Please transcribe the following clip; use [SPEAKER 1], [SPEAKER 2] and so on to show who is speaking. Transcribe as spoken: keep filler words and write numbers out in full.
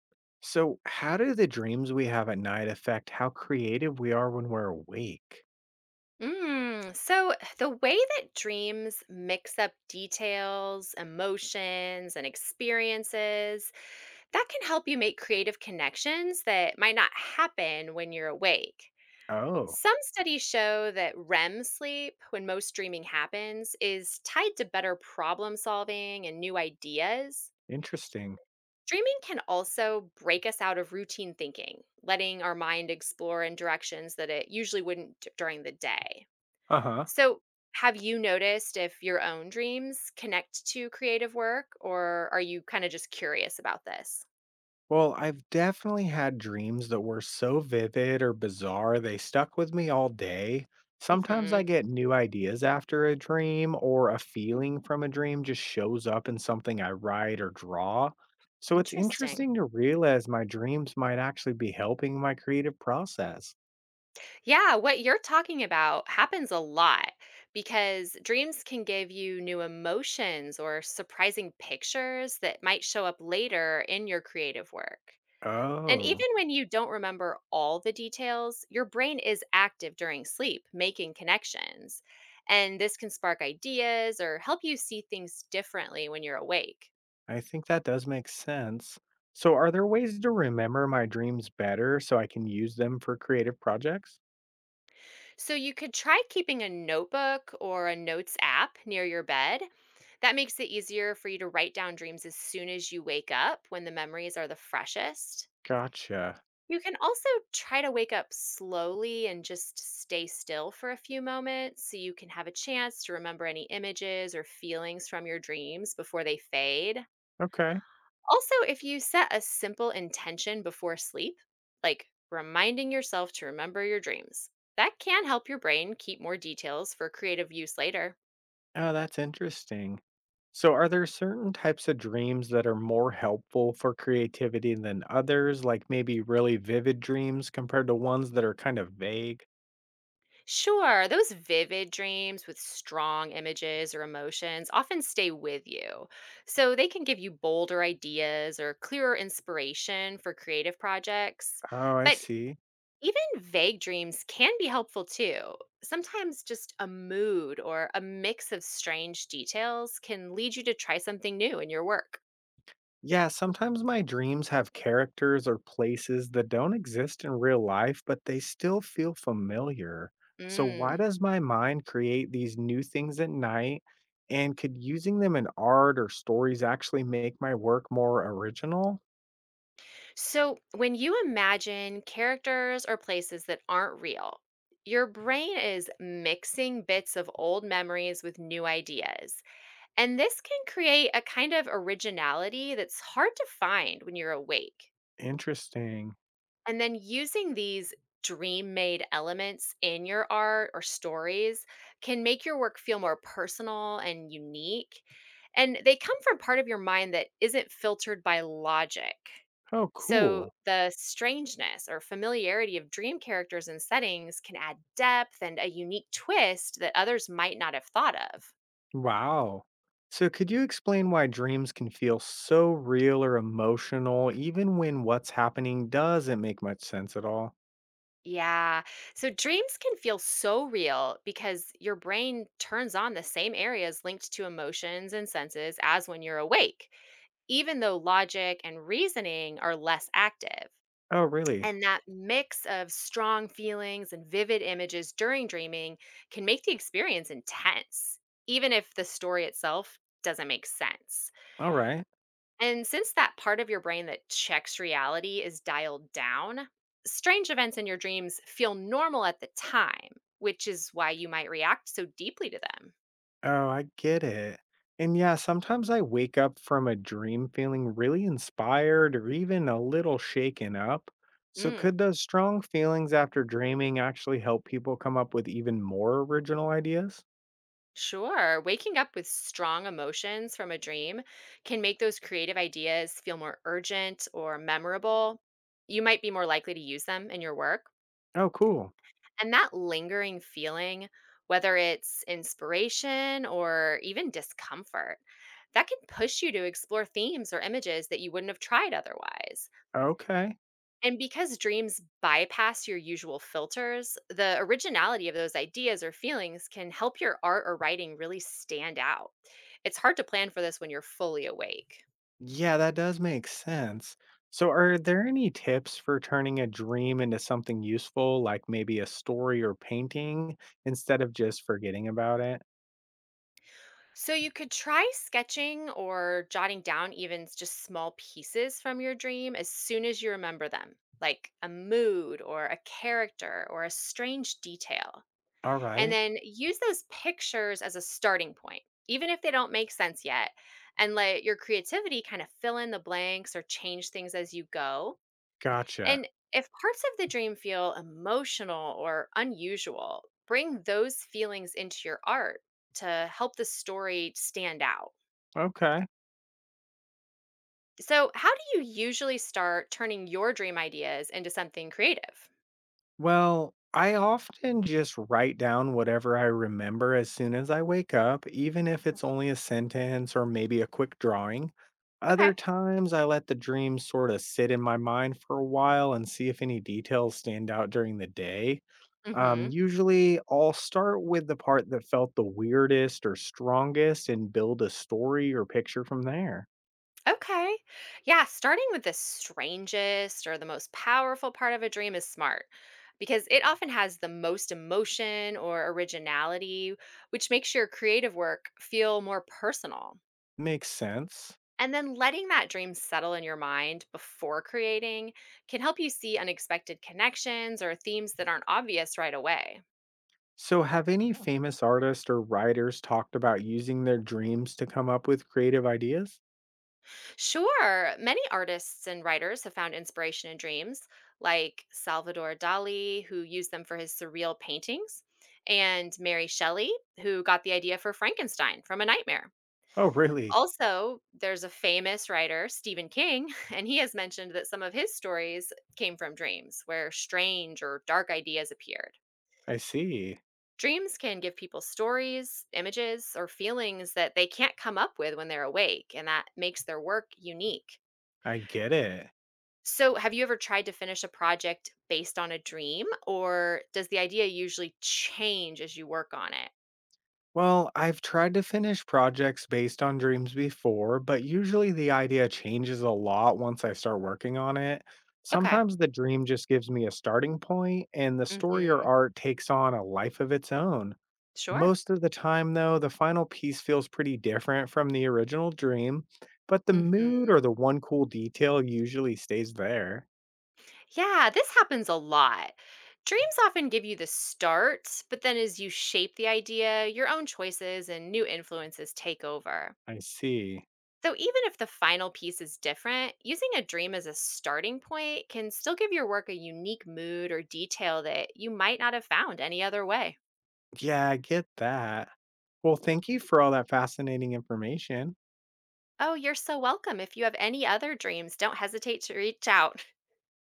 [SPEAKER 1] So, how do the dreams we have at night affect how creative we are when we're awake?
[SPEAKER 2] Mm, so the way that dreams mix up details, emotions, and experiences, that can help you make creative connections that might not happen when you're awake.
[SPEAKER 1] Oh,
[SPEAKER 2] Some studies show that R E M sleep, when most dreaming happens, is tied to better problem solving and new ideas.
[SPEAKER 1] interesting.
[SPEAKER 2] Dreaming can also break us out of routine thinking, letting our mind explore in directions that it usually wouldn't d- during the day.
[SPEAKER 1] Uh huh.
[SPEAKER 2] So, have you noticed if your own dreams connect to creative work, or are you kind of just curious about this?
[SPEAKER 1] Well, I've definitely had dreams that were so vivid or bizarre, they stuck with me all day. Sometimes I
[SPEAKER 2] Hmm.
[SPEAKER 1] get new ideas after a dream, or a feeling from a dream just shows up in something I write or draw. So, it's
[SPEAKER 2] Interesting.
[SPEAKER 1] interesting to realize my dreams might actually be helping my creative process.
[SPEAKER 2] Yeah, what you're talking about happens a lot because dreams can give you new emotions or surprising pictures that might show up later in your creative work. And
[SPEAKER 1] Oh.
[SPEAKER 2] even when you don't remember all the details, your brain is active during sleep, making connections. And this can spark ideas or help you see things differently when you're awake.
[SPEAKER 1] I think that does make sense. So, are there ways to remember my dreams better so I can use them for creative projects?
[SPEAKER 2] So you could try keeping a notebook or a notes app near your bed. That makes it easier for you to write down dreams as soon as you wake up when the memories are the freshest.
[SPEAKER 1] Gotcha.
[SPEAKER 2] You can also try to wake up slowly and just stay still for a few moments so you can have a chance to remember any images or feelings from your dreams before they fade.
[SPEAKER 1] Okay.
[SPEAKER 2] Also, if you set a simple intention before sleep, like reminding yourself to remember your dreams, that can help your brain keep more details for creative use later.
[SPEAKER 1] Oh, that's interesting. So, are there certain types of dreams that are more helpful for creativity than others, like maybe really vivid dreams compared to ones that are kind of vague?
[SPEAKER 2] Sure, those vivid dreams with strong images or emotions often stay with you. So they can give you bolder ideas or clearer inspiration for creative projects.
[SPEAKER 1] Oh, I
[SPEAKER 2] But
[SPEAKER 1] see.
[SPEAKER 2] even vague dreams can be helpful too. Sometimes just a mood or a mix of strange details can lead you to try something new in your work.
[SPEAKER 1] Yeah, sometimes my dreams have characters or places that don't exist in real life, but they still feel familiar. So, why
[SPEAKER 2] Mm.
[SPEAKER 1] does my mind create these new things at night? And could using them in art or stories actually make my work more original?
[SPEAKER 2] So, when you imagine characters or places that aren't real, your brain is mixing bits of old memories with new ideas. And this can create a kind of originality that's hard to find when you're awake.
[SPEAKER 1] Interesting.
[SPEAKER 2] And then using these dream made elements in your art or stories can make your work feel more personal and unique. And they come from part of your mind that isn't filtered by logic.
[SPEAKER 1] Oh,
[SPEAKER 2] So,
[SPEAKER 1] cool.
[SPEAKER 2] the strangeness or familiarity of dream characters and settings can add depth and a unique twist that others might not have thought of.
[SPEAKER 1] Wow. So, could you explain why dreams can feel so real or emotional, even when what's happening doesn't make much sense at all?
[SPEAKER 2] Yeah. So dreams can feel so real because your brain turns on the same areas linked to emotions and senses as when you're awake, even though logic and reasoning are less active.
[SPEAKER 1] Oh, really?
[SPEAKER 2] And that mix of strong feelings and vivid images during dreaming can make the experience intense, even if the story itself doesn't make sense.
[SPEAKER 1] All right.
[SPEAKER 2] And since that part of your brain that checks reality is dialed down, strange events in your dreams feel normal at the time, which is why you might react so deeply to them.
[SPEAKER 1] Oh, I get it. And yeah, sometimes I wake up from a dream feeling really inspired or even a little shaken up. So,
[SPEAKER 2] Mm,
[SPEAKER 1] could those strong feelings after dreaming actually help people come up with even more original ideas?
[SPEAKER 2] sure. Waking up with strong emotions from a dream can make those creative ideas feel more urgent or memorable. You might be more likely to use them in your work.
[SPEAKER 1] Oh, cool.
[SPEAKER 2] And that lingering feeling, whether it's inspiration or even discomfort, that can push you to explore themes or images that you wouldn't have tried otherwise.
[SPEAKER 1] Okay.
[SPEAKER 2] And because dreams bypass your usual filters, the originality of those ideas or feelings can help your art or writing really stand out. It's hard to plan for this when you're fully awake.
[SPEAKER 1] Yeah, that does make sense. So, are there any tips for turning a dream into something useful, like maybe a story or painting, instead of just forgetting about it?
[SPEAKER 2] So you could try sketching or jotting down even s- just small pieces from your dream as soon as you remember them, like a mood or a character or a strange detail.
[SPEAKER 1] All
[SPEAKER 2] And
[SPEAKER 1] right.
[SPEAKER 2] then use those pictures as a starting point, even if they don't make sense yet, and let your creativity kind of fill in the blanks or change things as you go.
[SPEAKER 1] Gotcha.
[SPEAKER 2] And if parts of the dream feel emotional or unusual, bring those feelings into your art to help the story stand out.
[SPEAKER 1] Okay.
[SPEAKER 2] So, how do you usually start turning your dream ideas into something creative?
[SPEAKER 1] Well, I often just write down whatever I remember as soon as I wake up, even if it's only a sentence or maybe a quick drawing.
[SPEAKER 2] Okay.
[SPEAKER 1] Other times, I let the dream sort of sit in my mind for a while and see if any details stand out during the day. Um,
[SPEAKER 2] Mhm.
[SPEAKER 1] usually, I'll start with the part that felt the weirdest or strongest and build a story or picture from there.
[SPEAKER 2] Okay. Yeah, starting with the strangest or the most powerful part of a dream is smart because it often has the most emotion or originality, which makes your creative work feel more personal.
[SPEAKER 1] Makes sense.
[SPEAKER 2] And then letting that dream settle in your mind before creating can help you see unexpected connections or themes that aren't obvious right away.
[SPEAKER 1] So, have any famous artists or writers talked about using their dreams to come up with creative ideas?
[SPEAKER 2] Sure, many artists and writers have found inspiration in dreams, like Salvador Dali, who used them for his surreal paintings, and Mary Shelley, who got the idea for Frankenstein from a nightmare.
[SPEAKER 1] Oh, really?
[SPEAKER 2] Also, there's a famous writer, Stephen King, and he has mentioned that some of his stories came from dreams where strange or dark ideas appeared.
[SPEAKER 1] I see.
[SPEAKER 2] Dreams can give people stories, images, or feelings that they can't come up with when they're awake, and that makes their work unique.
[SPEAKER 1] I get it.
[SPEAKER 2] So, have you ever tried to finish a project based on a dream, or does the idea usually change as you work on it?
[SPEAKER 1] Well, I've tried to finish projects based on dreams before, but usually the idea changes a lot once I start working on it.
[SPEAKER 2] Okay.
[SPEAKER 1] Sometimes the dream just gives me a starting point, and the story or
[SPEAKER 2] Mhm.
[SPEAKER 1] art takes on a life of its own.
[SPEAKER 2] Sure.
[SPEAKER 1] Most of the time, though, the final piece feels pretty different from the original dream, but the
[SPEAKER 2] Mhm.
[SPEAKER 1] mood or the one cool detail usually stays there.
[SPEAKER 2] Yeah, this happens a lot. Dreams often give you the start, but then as you shape the idea, your own choices and new influences take over.
[SPEAKER 1] I see.
[SPEAKER 2] So, even if the final piece is different, using a dream as a starting point can still give your work a unique mood or detail that you might not have found any other way.
[SPEAKER 1] Yeah, I get that. Well, thank you for all that fascinating information.
[SPEAKER 2] Oh, you're so welcome. If you have any other dreams, don't hesitate to reach out.